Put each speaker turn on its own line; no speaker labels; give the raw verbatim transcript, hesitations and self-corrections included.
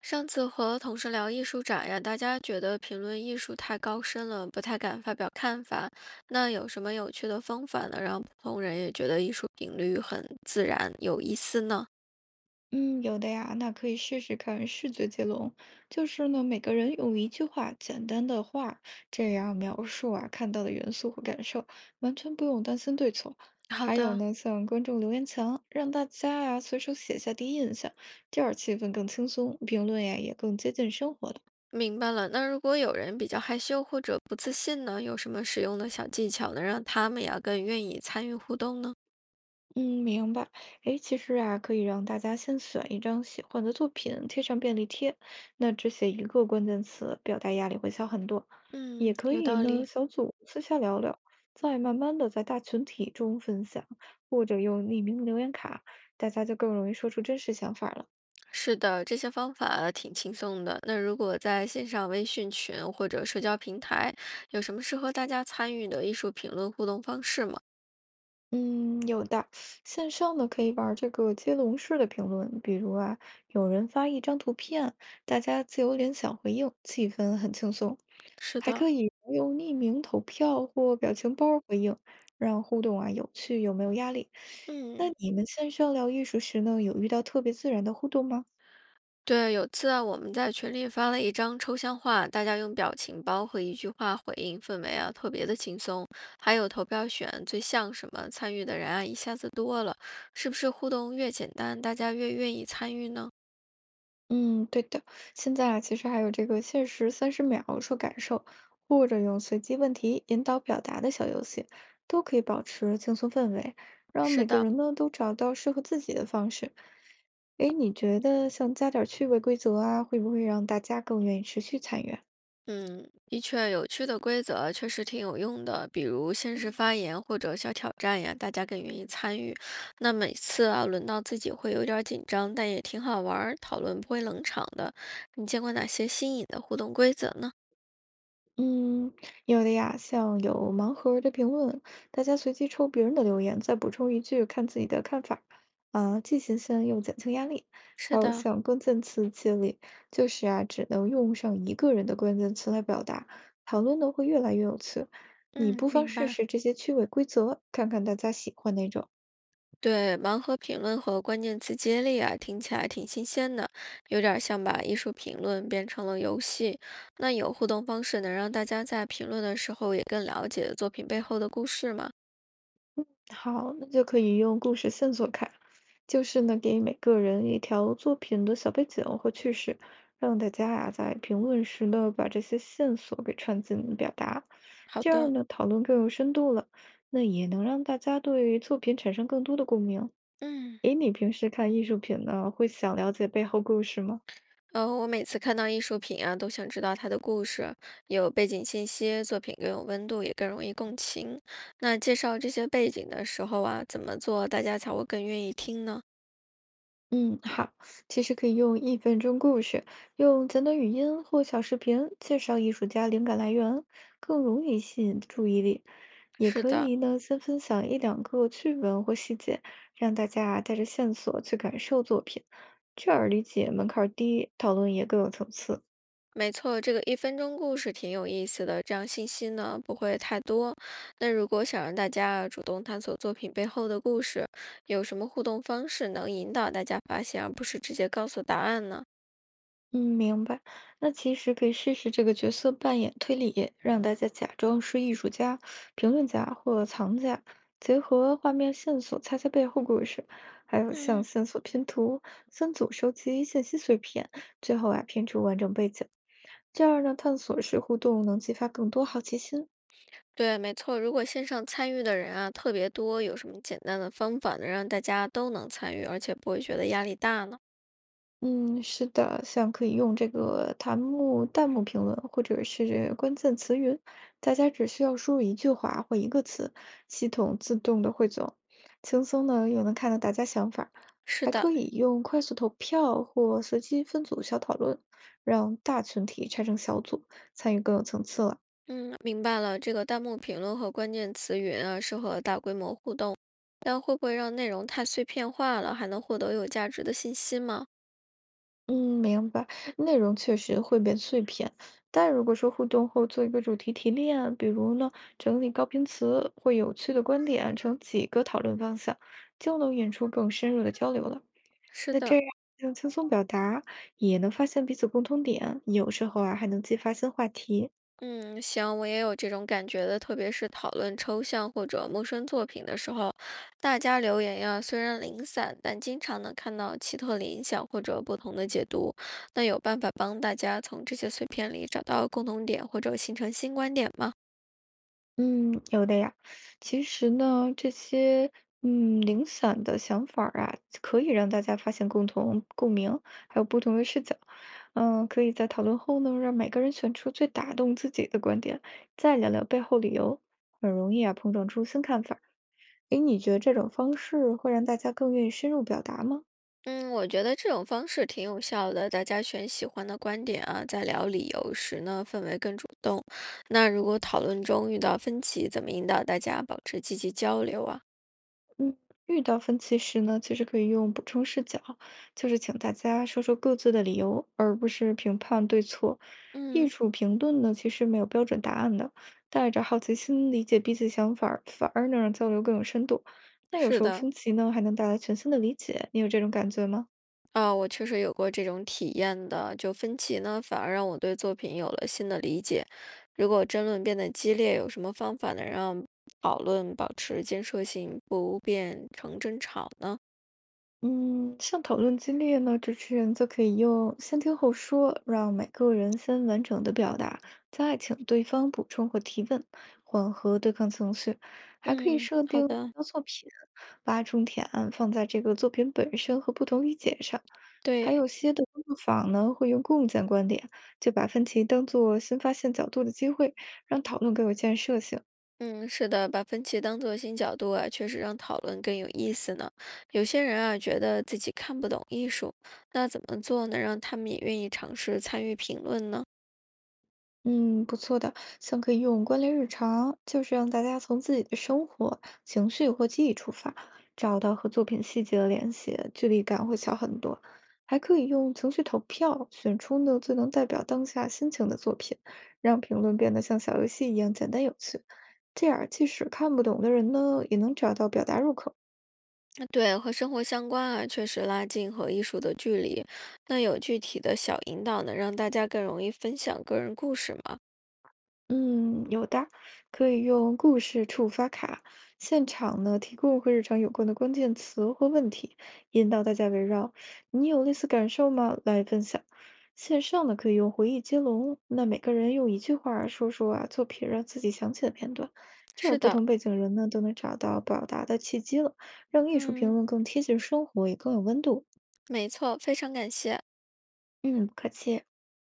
上次和同事聊艺术展呀，大家觉得评论艺术太高深了，不太敢发表看法。那有什么有趣的方法呢，让普通人也觉得艺术频率很自然、有意思呢？
嗯，有的呀，那可以试试看视觉接龙，就是呢，每个人用一句话简单的话这样描述啊看到的元素和感受，完全不用担心对错。
好
还有
的，
呢，像观众留言墙，让大家呀随手写下第一印象，第二气氛更轻松，评论呀也更接近生活的。
明白了。那如果有人比较害羞或者不自信呢，有什么实用的小技巧能让他们呀更愿意参与互动呢？
嗯，明白。诶，其实啊，可以让大家先选一张喜欢的作品，贴上便利贴，那只写一个关键词，表达压力会小很多。也
嗯，
可
有
以
道
呢，
理。
小组私下聊聊，再慢慢的在大群体中分享，或者用匿名留言卡，大家就更容易说出真实想法了。
是的，这些方法挺轻松的。那如果在线上微信群或者社交平台，有什么适合大家参与的艺术评论互动方式吗？
嗯，有的，线上呢可以玩儿这个接龙式的评论，比如啊，有人发一张图片，大家自由联想回应，气氛很轻松。
是
还
的，
可以用匿名投票或表情包儿回应，让互动啊有趣又没有压力。那
嗯，
你们线上聊艺术时呢，有遇到特别自然的互动吗？
对，有次啊，我们在群里发了一张抽象画，大家用表情包和一句话回应，氛围啊特别的轻松。还有投票选最像什么，参与的人啊一下子多了，是不是互动越简单，大家越愿意参与呢？
嗯，对的。现在啊，其实还有这个限时三十秒说感受，或者用随机问题引导表达的小游戏，都可以保持轻松氛围，让
是
每个
的。
人呢都找到适合自己的方式。诶，你觉得像加点儿趣味规则啊，会不会让大家更愿意持续参与啊？
嗯，的确，有趣的规则确实挺有用的，比如限时发言或者小挑战呀，大家更愿意参与。那每次啊，轮到自己会有点儿紧张，但也挺好玩儿，讨论不会冷场的。你见过哪些新颖的互动规则呢？
嗯，有的呀，像有盲盒儿的评论，大家随机抽别人的留言，再补充一句，看自己的看法，啊，既新鲜又减轻压力。还
是
有
的，
像关键词接力，就是啊，只能用上一个人的关键词来表达，讨论呢会越来越有趣。你
嗯，
不妨
明
试
白。
试这些趣味规则，看看大家喜欢哪种。
对，盲盒评论和关键词接力啊，听起来挺新鲜的，有点儿像把艺术评论变成了游戏。那有互动方式能让大家在评论的时候也更了解作品背后的故事吗？
好，那就可以用故事线索卡，就是呢，给每个人一条作品的小背景或趣事，让大家啊在评论时呢把这些线索给串进表达，
好
这样
的，
呢讨论更有深度了，那也能让大家对于作品产生更多的共鸣。
嗯，
诶，你平时看艺术品呢，会想了解背后故事吗？
呃，我每次看到艺术品啊，都想知道它的故事，有背景信息，作品更有温度，也更容易共情。那介绍这些背景的时候啊，怎么做大家才会更愿意听呢？
嗯，好，其实可以用一分钟故事，用简短语音或小视频介绍艺术家灵感来源，更容易吸引注意力。也
是
可
的，
以呢，先分享一两个趣闻或细节，让大家带着线索去感受作品，这样理解门槛儿低，讨论也更有层次。
没错，这个一分钟故事挺有意思的，这样信息呢不会太多。那如果想让大家啊主动探索作品背后的故事，有什么互动方式能引导大家发现，而不是直接告诉答案呢？
嗯，明白。那其实可以试试这个角色扮演推理，让大家假装是艺术家、评论家或藏家，结合画面线索猜猜背后故事，还有像
嗯。
线索拼图，分组收集信息碎片，最后啊拼出完整背景。这样呢，探索式互动能激发更多好奇心。
对，没错。如果线上参与的人啊特别多，有什么简单的方法能让大家都能参与，而且不会觉得压力大呢？
嗯，是的，像可以用这个弹幕弹幕评论，或者是关键词云，大家只需要输入一句话或一个词，系统自动的汇总，轻松呢又能看到大家想法儿
是
还
的，
可以用快速投票或随机分组小讨论，让大群体拆成小组，参与更有层次了。
嗯，明白了。这个弹幕评论和关键词语啊，适合大规模互动，但会不会让内容太碎片化了？还能获得有价值的信息吗？
嗯，明白，内容确实会变碎片，但如果说互动后做一个主题提炼，比如呢，整理高频词，会有趣的观点成几个讨论方向，就能引出更深入的交流了。
是
那这
的，
样更轻松表达，也能发现彼此共同点，有时候啊还能激发新话题。
嗯，行，我也有这种感觉的，特别是讨论抽象或者陌生作品的时候，大家留言呀，虽然零散，但经常能看到奇特联想或者不同的解读。那有办法帮大家从这些碎片里找到共同点，或者形成新观点吗？
嗯，有的呀。其实呢，这些嗯零散的想法儿啊，可以让大家发现共同共鸣，还有不同的视角。嗯，可以在讨论后呢，让每个人选出最打动自己的观点，再聊聊背后理由，很容易啊碰撞出新看法儿。诶，你觉得这种方式会让大家更愿意深入表达吗？
嗯，我觉得这种方式挺有效的。大家选喜欢的观点啊，在聊理由时呢，氛围更主动。那如果讨论中遇到分歧，怎么引导大家保持积极交流啊？
嗯，遇到分歧时呢，其实可以用补充视角，就是请大家说说各自的理由，而不是评判对错。艺
嗯，
术评论呢，其实没有标准答案的，带着好奇心理解彼此想法儿反而能让交流更有深度。那有
是
时候
的。
分歧呢，还能带来全新的理解，你有这种感觉吗？
啊，我确实有过这种体验的。就分歧呢，反而让我对作品有了新的理解。如果争论变得激烈，有什么方法能让讨论保持建设性，不变成争吵呢？
嗯，像讨论激烈呢，主持人则可以用“先听后说”，让每个人先完整的表达，再请对方补充或提问，缓和对抗情绪。还可以
嗯，
设
好
定目
的，
标作品，把重点放在这个作品本身和不同理解上。还
对，
有些的工作坊呢，会用共建观点，就把分歧当做新发现角度的机会，让讨论更有建设性。
嗯，是的，把分歧当作新角度啊，确实让讨论更有意思呢。有些人啊，觉得自己看不懂艺术，那怎么做能让他们也愿意尝试参与评论呢？
嗯，不错的，像可以用关联日常，就是让大家从自己的生活、情绪或记忆出发，找到和作品细节的联系，距离感会小很多。还可以用情绪投票，选出呢最能代表当下心情的作品，让评论变得像小游戏一样简单有趣。这样，即使看不懂的人呢，也能找到表达入口。
对，和生活相关啊，确实拉近和艺术的距离。那有具体的小引导能让大家更容易分享个人故事吗？
嗯，有的，可以用故事触发卡，现场呢提供和日常有关的关键词或问题，引导大家围绕“你有类似感受吗”来分享。线上呢可以用回忆接龙，那每个人用一句话儿说说啊作品让自己想起的片段，这样
是
不
的，
同背景人呢都能找到表达的契机了，让艺术评
嗯，
论更贴近生活，也更有温度。
没错，非常感谢。
嗯，不客气。